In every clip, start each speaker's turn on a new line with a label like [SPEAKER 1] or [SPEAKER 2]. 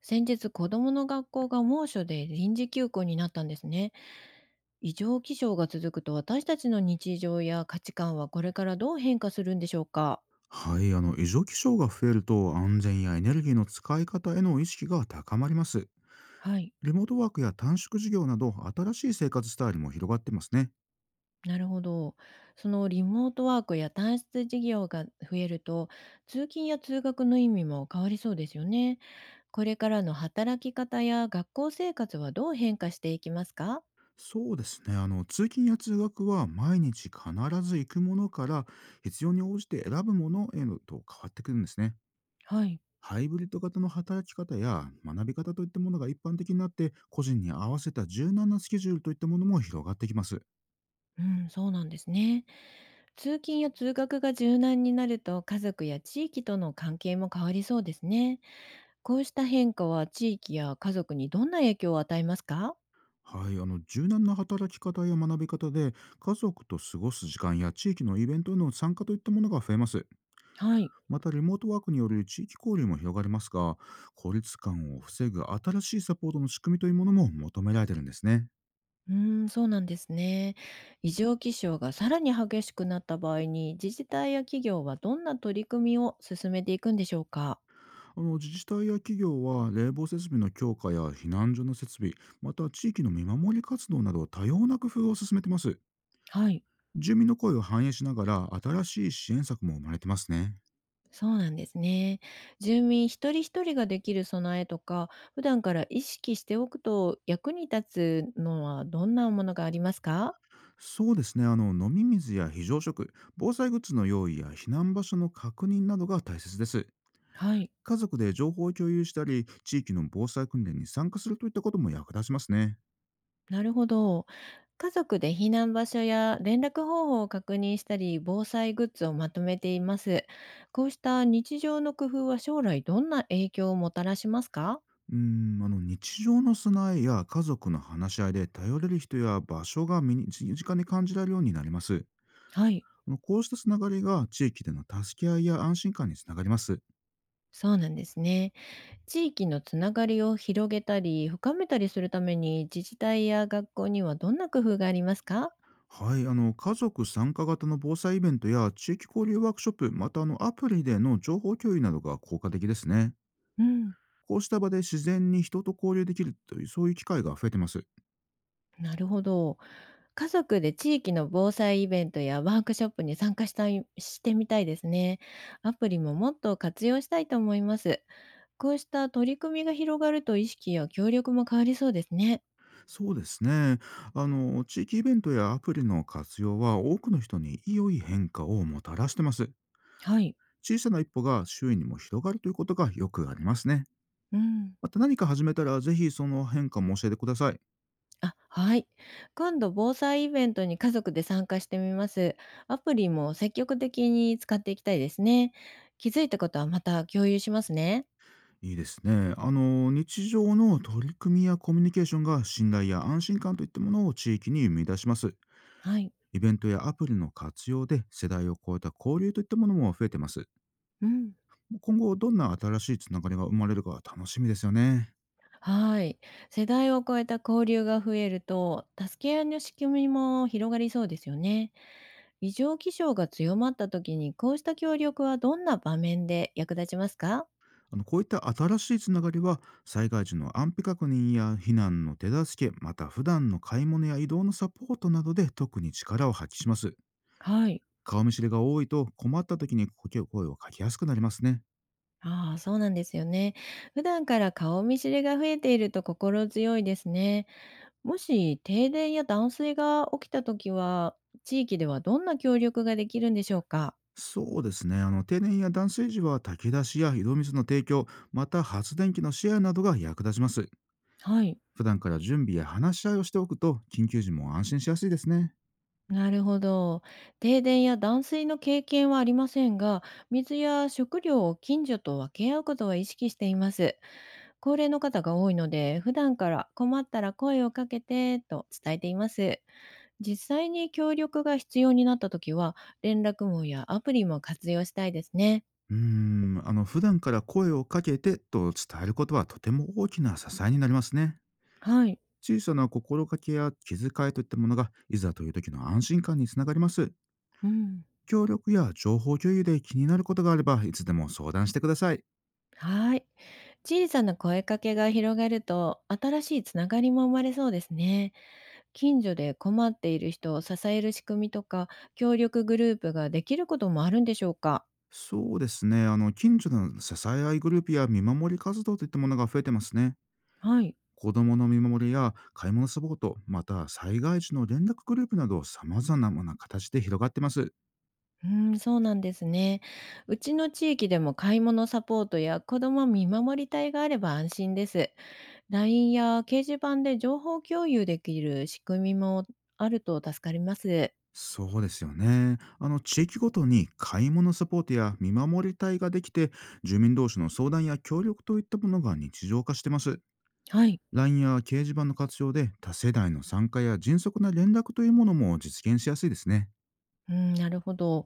[SPEAKER 1] 先日、子供の学校が猛暑で臨時休校になったんですね。異常気象が続くと私たちの日常や価値観はこれからどう変化するんでしょうか？
[SPEAKER 2] はい、異常気象が増えると安全やエネルギーの使い方への意識が高まります。
[SPEAKER 1] はい、
[SPEAKER 2] リモートワークや短縮授業など新しい生活スタイルも広がってますね。
[SPEAKER 1] なるほど。そのリモートワークや単出事業が増えると、通勤や通学の意味も変わりそうですよね。これからの働き方や学校生活はどう変化していきますか？
[SPEAKER 2] そうですね。通勤や通学は、毎日必ず行くものから必要に応じて選ぶものへのと変わってくるんですね。
[SPEAKER 1] はい。
[SPEAKER 2] ハイブリッド型の働き方や学び方といったものが一般的になって、個人に合わせた柔軟なスケジュールといったものも広がってきます。
[SPEAKER 1] うん、そうなんですね。通勤や通学が柔軟になると家族や地域との関係も変わりそうですね。こうした変化は地域や家族にどんな影響を与えますか？
[SPEAKER 2] はい、柔軟な働き方や学び方で、家族と過ごす時間や地域のイベントへの参加といったものが増えます。
[SPEAKER 1] はい。
[SPEAKER 2] またリモートワークによる地域交流も広がりますが、孤立感を防ぐ新しいサポートの仕組みというものも求められてるんですね。
[SPEAKER 1] うーん、そうなんですね。異常気象がさらに激しくなった場合に自治体や企業はどんな取り組みを進めていくんでしょうか？
[SPEAKER 2] 自治体や企業は、冷房設備の強化や避難所の設備、また地域の見守り活動など、多様な工夫を進めてます。
[SPEAKER 1] はい。
[SPEAKER 2] 住民の声を反映しながら、新しい支援策も生まれてますね。
[SPEAKER 1] そうなんですね。住民一人一人ができる備えとか、普段から意識しておくと役に立つのはどんなものがありますか？
[SPEAKER 2] そうですね。飲み水や非常食、防災グッズの用意や避難場所の確認などが大切です。
[SPEAKER 1] はい。
[SPEAKER 2] 家族で情報を共有したり、地域の防災訓練に参加するといったことも役立ちますね。
[SPEAKER 1] なるほど。家族で避難場所や連絡方法を確認したり、防災グッズをまとめています。こうした日常の工夫は将来どんな影響をもたらしますか？
[SPEAKER 2] 日常の備えや家族の話し合いで、頼れる人や場所が身近に感じられるようになります。
[SPEAKER 1] はい。
[SPEAKER 2] こうしたつながりが、地域での助け合いや安心感につながります。
[SPEAKER 1] そうなんですね。地域のつながりを広げたり深めたりするために自治体や学校にはどんな工夫がありますか？
[SPEAKER 2] はい、家族参加型の防災イベントや地域交流ワークショップ、またアプリでの情報共有などが効果的ですね。
[SPEAKER 1] うん、
[SPEAKER 2] こうした場で自然に人と交流できるという、そういう機会が増えてます。
[SPEAKER 1] なるほど。家族で地域の防災イベントやワークショップに参加したいしてみたいですね。アプリももっと活用したいと思います。こうした取り組みが広がると意識や協力も変わりそうですね。
[SPEAKER 2] そうですね。地域イベントやアプリの活用は、多くの人に良い変化をもたらしてます。
[SPEAKER 1] はい。
[SPEAKER 2] 小さな一歩が周囲にも広がるということがよくありますね。
[SPEAKER 1] うん。
[SPEAKER 2] また何か始めたら、ぜひその変化も教えてください。
[SPEAKER 1] あ、はい。今度、防災イベントに家族で参加してみます。アプリも積極的に使っていきたいですね。気づいたことはまた共有しますね。
[SPEAKER 2] いいですね。日常の取り組みやコミュニケーションが、信頼や安心感といったものを地域に生み出します。
[SPEAKER 1] はい。
[SPEAKER 2] イベントやアプリの活用で、世代を超えた交流といったものも増えてます。
[SPEAKER 1] うん。
[SPEAKER 2] 今後どんな新しいつながりが生まれるか、楽しみですよね。
[SPEAKER 1] はい。世代を超えた交流が増えると、助け合いの仕組みも広がりそうですよね。異常気象が強まった時に、こうした協力はどんな場面で役立ちますか？
[SPEAKER 2] こういった新しいつながりは、災害時の安否確認や避難の手助け、また普段の買い物や移動のサポートなどで特に力を発揮します。
[SPEAKER 1] はい。
[SPEAKER 2] 顔見知りが多いと、困った時に声をかけやすくなりますね。
[SPEAKER 1] ああ、そうなんですよね。普段から顔見知りが増えていると心強いですね。もし停電や断水が起きたときは、地域ではどんな協力ができるんでしょうか？
[SPEAKER 2] そうですね。停電や断水時は、炊き出しや井戸水の提供、また発電機のシェアなどが役立ちます。
[SPEAKER 1] はい。
[SPEAKER 2] 普段から準備や話し合いをしておくと、緊急時も安心しやすいですね。
[SPEAKER 1] なるほど。停電や断水の経験はありませんが、水や食料を近所と分け合うことは意識しています。高齢の方が多いので、普段から困ったら声をかけてと伝えています。実際に協力が必要になったときは、連絡網やアプリも活用したいですね。
[SPEAKER 2] 普段から声をかけてと伝えることは、とても大きな支えになりますね。
[SPEAKER 1] はい。
[SPEAKER 2] 小さな心掛けや気遣いといったものが、いざという時の安心感につながります。
[SPEAKER 1] うん。
[SPEAKER 2] 協力や情報共有で気になることがあれば、いつでも相談してください。
[SPEAKER 1] はい。小さな声かけが広がると、新しいつながりも生まれそうですね。近所で困っている人を支える仕組みとか、協力グループができることもあるんでしょうか？
[SPEAKER 2] そうですね。近所の支え合いグループや見守り活動といったものが増えてますね。
[SPEAKER 1] はい。
[SPEAKER 2] 子供の見守りや買い物サポート、また災害時の連絡グループなど、様々な形で広がってます。
[SPEAKER 1] うーん、そうなんですね。うちの地域でも買い物サポートや子ども見守り隊があれば安心です。LINE や掲示板で情報共有できる仕組みもあると助かります。
[SPEAKER 2] そうですよね。地域ごとに買い物サポートや見守り隊ができて、住民同士の相談や協力といったものが日常化してます。
[SPEAKER 1] はい。
[SPEAKER 2] LINE や掲示板の活用で、多世代の参加や迅速な連絡というものも実現しやすいですね。
[SPEAKER 1] うん、なるほど。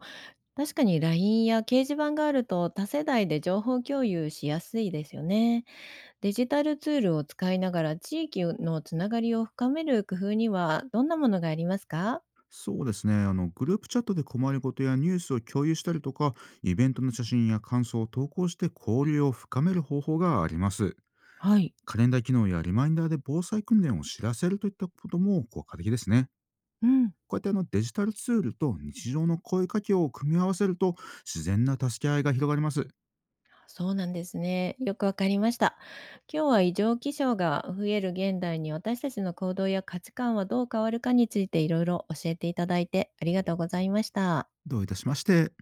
[SPEAKER 1] 確かに LINE や掲示板があると多世代で情報共有しやすいですよね。デジタルツールを使いながら地域のつながりを深める工夫にはどんなものがありますか？
[SPEAKER 2] そうですね。グループチャットで困ることやニュースを共有したりとか、イベントの写真や感想を投稿して交流を深める方法があります。
[SPEAKER 1] はい。
[SPEAKER 2] カレンダー機能やリマインダーで防災訓練を知らせるといったことも効果的ですね。
[SPEAKER 1] うん、
[SPEAKER 2] こうやってデジタルツールと日常の声かけを組み合わせると、自然な助け合いが広がります。
[SPEAKER 1] そうなんですね。よくわかりました。今日は異常気象が増える現代に私たちの行動や価値観はどう変わるかについていろいろ教えていただいてありがとうございました。
[SPEAKER 2] どういたしまして。